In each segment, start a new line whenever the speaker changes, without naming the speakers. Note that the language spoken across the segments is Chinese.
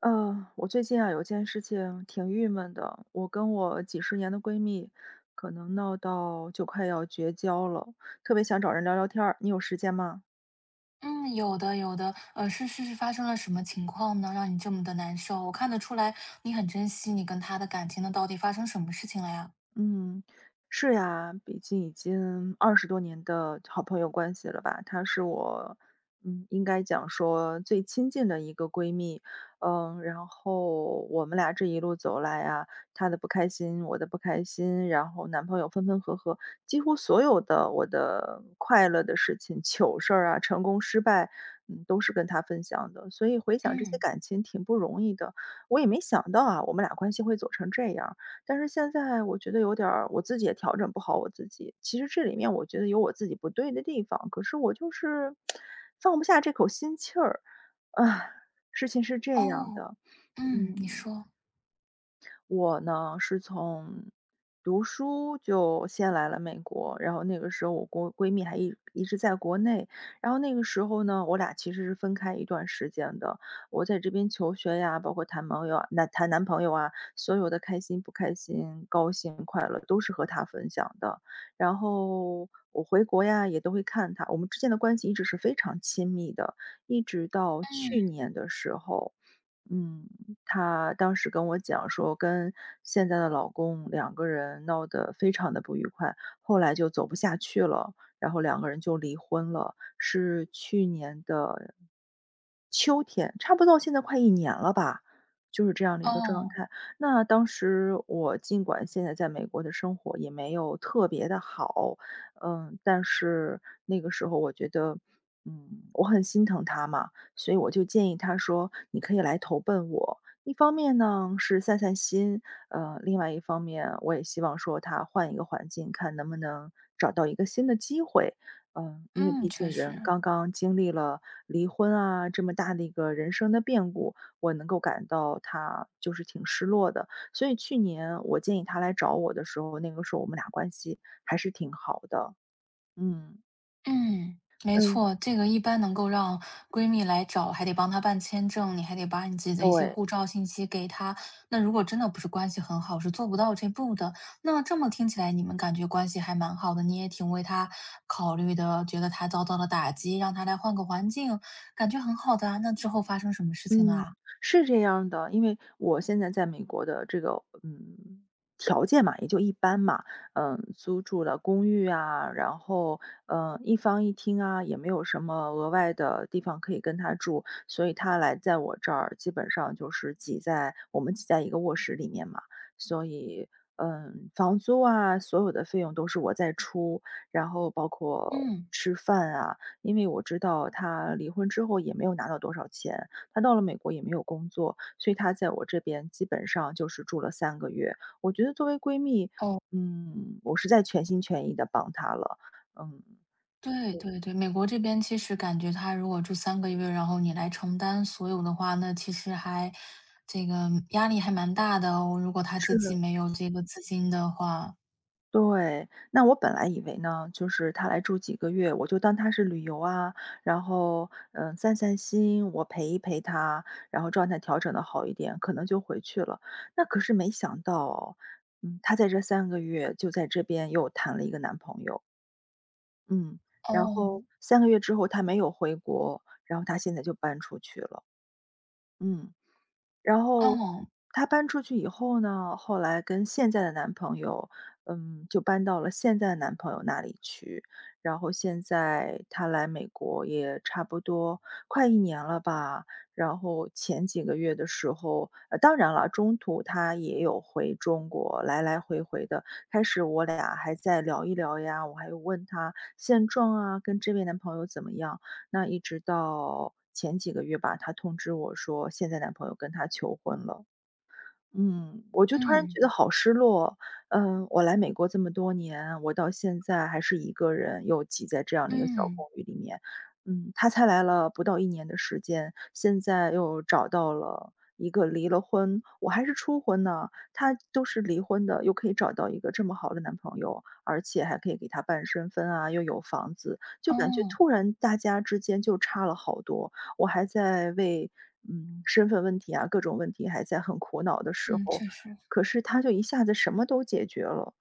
嗯，我最近啊有件事情挺郁闷的，我跟我几十年的闺蜜，可能闹到就快要绝交了，特别想找人聊聊天儿，你有时间吗？
嗯，有的有的，是发生了什么情况呢？让你这么的难受？我看得出来，你很珍惜你跟他的感情，那到底发生什么事情了呀？
嗯，是呀，毕竟已经20多年的好朋友关系了吧。她是我，应该讲说最亲近的一个闺蜜。然后我们俩这一路走来啊，她的不开心，我的不开心，然后男朋友分分合合，几乎所有的我的快乐的事情、糗事儿啊、成功失败，都是跟她分享的。所以回想这些
嗯。
感情挺不容易的，我也没想到啊，我们俩关系会走成这样。但是现在我觉得有点儿我自己也调整不好我自己。其实这里面我觉得有我自己不对的地方，可是我就是放不下这口心气儿。啊，事情是这样
哦。
的，
嗯，你
嗯。
说。
我呢是从读书就先来了美国，然后那个时候我国闺蜜还一直在国内，然后那个时候呢，我俩其实是分开一段时间的。我在这边求学呀，包括谈朋友啊、谈男朋友啊，所有的开心不开心、高兴快乐都是和她分享的。然后我回国呀，也都会看她。我们之间的关系一直是非常亲密的，一直到去
嗯。
年的时候。嗯，她当时跟我讲说，跟现在的老公两个人闹得非常的不愉快，后来就走不下去了，然后两个人就离婚了，是去年的秋天，差不多到现在快一年了吧，就是这样的一个状
哦。
态。那当时我尽管现在在美国的生活也没有特别的好，但是那个时候我觉得，嗯，我很心疼他嘛，所以我就建议他说：“你可以来投奔我。”一方面呢，是散散心，另外一方面我也希望说他换一个环境，看能不能找到一个新的机会。因为
嗯，
毕
确
竟人
实。
刚刚经历了离婚啊，这么大的一个人生的变故，我能够感到他就是挺失落的。所以去年我建议他来找我的时候，那个时候我们俩关系还是挺好的。嗯，
嗯，没
嗯，
错，这个一般能够让闺蜜来找，还得帮她办签证，你还得把你自己的一些
对。
护照信息给她。那如果真的不是关系很好，是做不到这步的。那这么听起来，你们感觉关系还蛮好的，你也挺为她考虑的，觉得她遭到了打击，让她来换个环境，感觉很好的啊。那之后发生什么事情了
嗯，
啊？
是这样的，因为我现在在美国的这个，条件嘛，也就一般嘛，租住了公寓啊，然后，一房一厅啊，也没有什么额外的地方可以跟他住，所以他来在我这儿基本上就是我们挤在一个卧室里面嘛，所以，房租啊，所有的费用都是我在出，然后包括
嗯。
吃饭啊，因为我知道他离婚之后也没有拿到多少钱。她到了美国也没有工作，所以她在我这边基本上就是住了三个月。我觉得作为闺蜜，
哦。
我是在全心全意的帮她了，嗯。
对对对，美国这边其实感觉他如果住三个月，然后你来承担所有的话，那其实还这个压力还蛮大的哦，如果他
是
自
的。
己没有这个资金的话。
对，那我本来以为呢，就是她来住几个月，我就当她是旅游啊，然后，散散心，我陪一陪她，然后状态调整的好一点，可能就回去了。那可是没想到哦她在这三个月就在这边又谈了一个男朋友。嗯，然后
哦。
三个月之后他没有回国，然后他现在就搬出去了，嗯。然后
哦。
她搬出去以后呢，后来跟现在的男朋友，就搬到了现在的男朋友那里去。然后现在她来美国也差不多快一年了吧，然后前几个月的时候当然了，中途她也有回中国，来来回回的。开始我俩还在聊一聊呀，我还有问她现状啊，跟这位男朋友怎么样。那一直到前几个月吧，她通知我说现在男朋友跟她求婚了。我就突然
嗯。
觉得好失落。我来美国这么多年，我到现在还是一个人，又挤在这样的一个小
嗯。
公寓里面。他才来了不到一年的时间，现在又找到了一个离了婚我还是初婚呢，他都是离婚的，又可以找到一个这么好的男朋友，而且还可以给他办身份啊，又有房子，就感觉
哦。
突然大家之间就差了好多。我还在为，身份问题啊，各种问题还在很苦恼的时
嗯，
候，
确实。
可是他就一下子什么都解决了。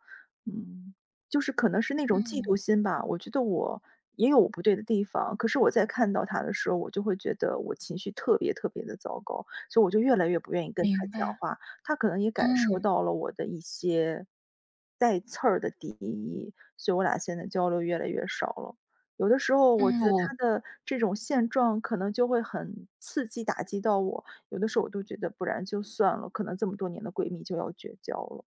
嗯，就是可能是那种嫉
嗯，
妒心吧，我觉得我也有我不对的地方，可是我在看到他的时候，我就会觉得我情绪特别特别的糟糕，所以我就越来越不愿意跟他
明
讲
白。
话。他可能也感
嗯。
受到了我的一些带刺儿的敌意，所以我俩现在交流越来越少了。有的时候我
嗯，
觉得
我
他的这种现状可能就会很刺激打击到我，有的时候我都觉得不然就算了，可能这么多年的闺蜜就要绝交了。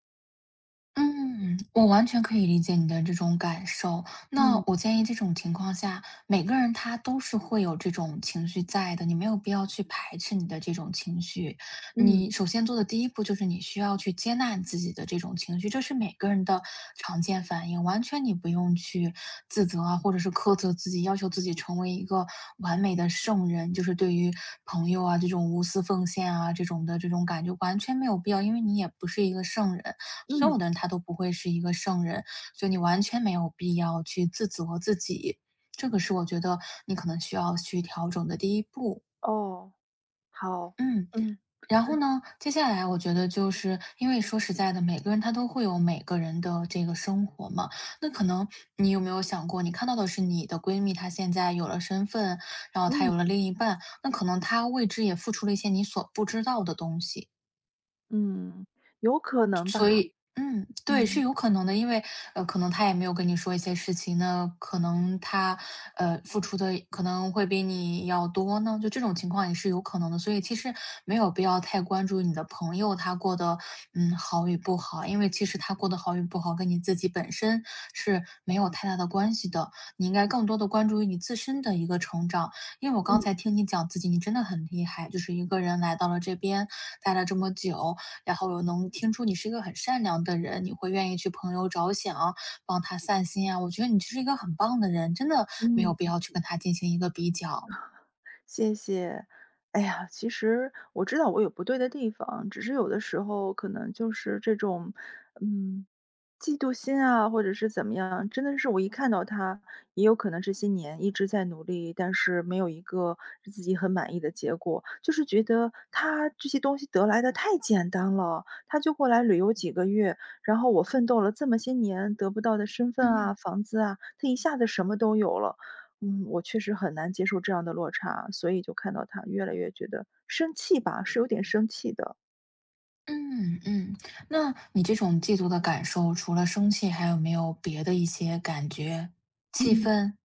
嗯，我完全可以理解你的这种感受。那
嗯
我建议这种情况下，每个人他都是会有这种情绪在的，你没有必要去排斥你的这种情绪。
嗯
你首先做的第一步就是你需要去接纳你自己的这种情绪，这是每个人的常见反应，完全你不用去自责啊，或者是苛责自己，要求自己成为一个完美的圣人，就是对于朋友啊这种无私奉献啊这种的这种感觉，完全没有必要，因为你也不是一个圣人。所有
嗯。
的人他都不会是一个圣人，所以你完全没有必要去自责自己。这个是我觉得你可能需要去调整的第一步。
哦，好，
嗯。
嗯。
然后呢，接下来我觉得就是因为说实在的，每个人他都会有每个人的这个生活嘛。那可能你有没有想过，你看到的是你的闺蜜，她现在有了身份，然后她有
嗯。
了另一半，那可能她为之也付出了一些你所不知道的东西。
嗯，有可能吧，
嗯，对，
嗯
是有可能的，因为，可能他也没有跟你说一些事情呢，那可能他，付出的可能会比你要多呢，就这种情况也是有可能的，所以其实没有必要太关注你的朋友他过得，嗯，好与不好，因为其实他过得好与不好跟你自己本身是没有太大的关系的，你应该更多的关注于你自身的一个成长，因为我
嗯。
刚才
嗯
听你讲自己，你真的很厉害，就是一个人来到了这边，待了这么久，然后我能听出你是一个很善良的人，你会愿意去朋友着想，帮他散心啊，我觉得你就是一个很棒的人，真的没有必
嗯。
要去跟他进行一个比较。
谢谢。哎呀，其实我知道我有不对的地方，只是有的时候可能就是这种，嗯，嫉妒心啊，或者是怎么样，真的是我一看到他，也有可能这些年一直在努力，但是没有一个自己很满意的结果，就是觉得他这些东西得来的太简单了，他就过来旅游几个月，然后我奋斗了这么些年得不到的身份啊、
嗯。
房子啊，他一下子什么都有了。我确实很难接受这样的落差，所以就看到他越来越觉得生气吧，是有点生气的。
嗯嗯。那你这种嫉妒的感受，除了生气，还有没有别的一些感觉？气
嗯
愤、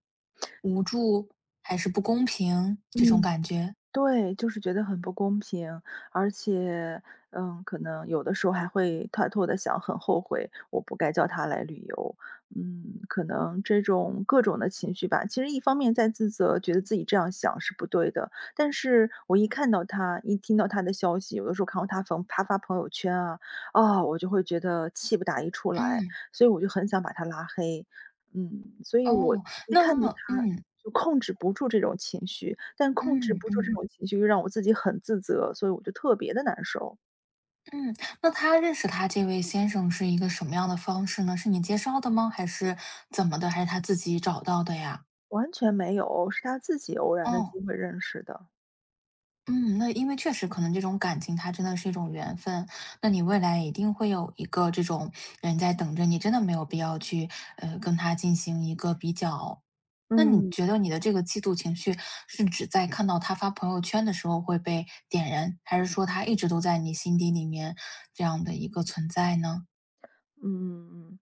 无助，还是不公平这种
嗯。
感觉？
对，就是觉得很不公平，而且，可能有的时候还会偷偷的想，很后悔，我不该叫他来旅游。可能这种各种的情绪吧，其实一方面在自责，觉得自己这样想是不对的，但是我一看到他，一听到他的消息，有的时候看到他发朋友圈啊，我就会觉得气不打一处来，
嗯。
所以我就很想把他拉黑。所以我
哦。
一看到
那
他
嗯
就控制不住这种情绪，但控制不住这
嗯
种情绪又让我自己很自责，所以我就特别的难受。
嗯。那他认识他这位先生是一个什么样的方式呢？是你介绍的吗？还是怎么的？还是他自己找到的呀？
完全没有，是他自己偶然的
哦。
机会认识的。
嗯，那因为确实可能这种感情它真的是一种缘分，那你未来一定会有一个这种人在等着你，真的没有必要去跟他进行一个比较。那你
嗯，
觉得你的这个嫉妒情绪是指在看到他发朋友圈的时候会被点燃，还是说他一直都在你心底里面这样的一个存在呢？
嗯嗯嗯。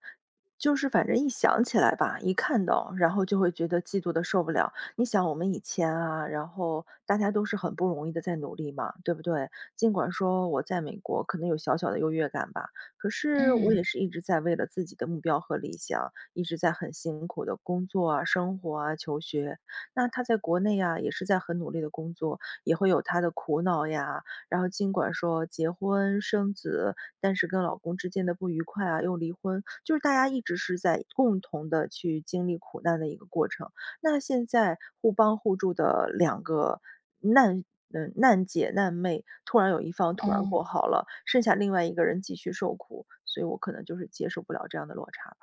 就是反正一想起来吧，一看到，然后就会觉得嫉妒的受不了。你想我们以前啊，然后大家都是很不容易的在努力嘛，对不对？尽管说我在美国可能有小小的优越感吧，可是我也
嗯。
是一直在为了自己的目标和理想，一直在很辛苦的工作啊、生活啊、求学。那他在国内啊，也是在很努力的工作，也会有他的苦恼呀。然后尽管说结婚生子，但是跟老公之间的不愉快啊，又离婚，就是大家一直是在共同的去经历苦难的一个过程。那现在互帮互助的两个难难姐难妹，突然有一方突然
哦。
过好了，剩下另外一个人继续受苦，所以我可能就是接受不了这样的落差。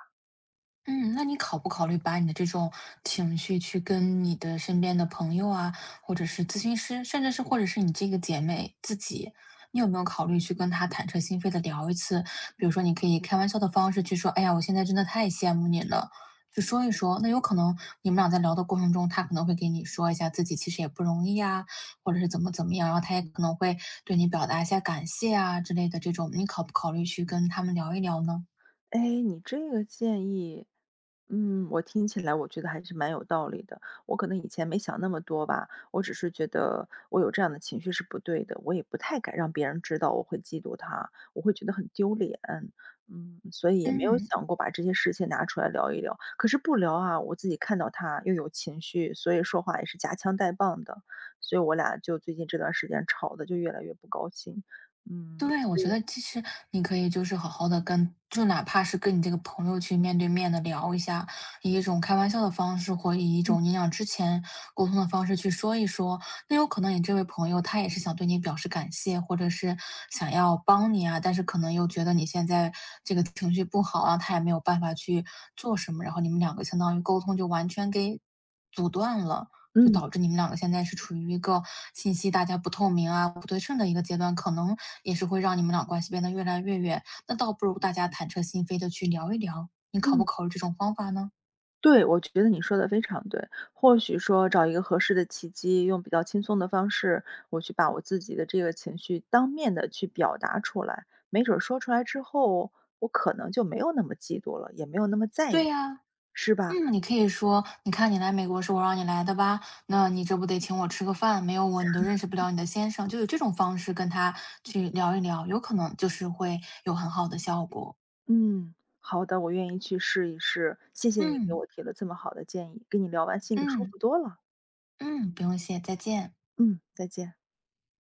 嗯，那你考不考虑把你的这种情绪去跟你的身边的朋友啊，或者是咨询师，甚至是或者是你这个姐妹自己，你有没有考虑去跟她坦诚心扉的聊一次？比如说你可以开玩笑的方式去说：“哎呀，我现在真的太羡慕你了。”就说一说，那有可能你们俩在聊的过程中，她可能会给你说一下自己其实也不容易啊，或者是怎么怎么样，然后她也可能会对你表达一下感谢啊之类的这种，你考不考虑去跟他们聊一聊呢？
哎，你这个建议，我听起来我觉得还是蛮有道理的。我可能以前没想那么多吧，我只是觉得我有这样的情绪是不对的，我也不太敢让别人知道我会嫉妒他，我会觉得很丢脸。所以也没有
嗯。
想过把这些事情拿出来聊一聊。可是不聊啊，我自己看到他又有情绪，所以说话也是夹枪带棒的，所以我俩就最近这段时间吵的就越来越不高兴。嗯
对，我觉得其实你可以就是好好的跟就哪怕是跟你这个朋友去面对面的聊一下，以一种开玩笑的方式，或以一
嗯
种你俩之前沟通的方式去说一说。那有可能你这位朋友他也是想对你表示感谢，或者是想要帮你啊，但是可能又觉得你现在这个情绪不好啊，他也没有办法去做什么，然后你们两个相当于沟通就完全给阻断了。就
嗯
导致你们两个现在是处于一个信息大家不透明啊、不对称的一个阶段，可能也是会让你们俩关系变得越来越远。那倒不如大家坦诚心扉的去聊一聊，你考不
嗯。
考虑这种方法呢？
对，我觉得你说的非常对。或许说找一个合适的契机，用比较轻松的方式，我去把我自己的这个情绪当面的去表达出来，没准儿说出来之后，我可能就没有那么嫉妒了，也没有那么在
对
意
呀。
是吧？
嗯，你可以说，你看你来美国是我让你来的吧，那你这不得请我吃个饭？没有我你都认识不了你的先生，就有这种方式跟他去聊一聊，有可能就是会有很好的效果。
嗯，好的，我愿意去试一试。谢谢你给
嗯
我提了这么好的建议，跟你聊完心里舒
嗯
服多了。
嗯，不用谢，再见。
嗯，再见。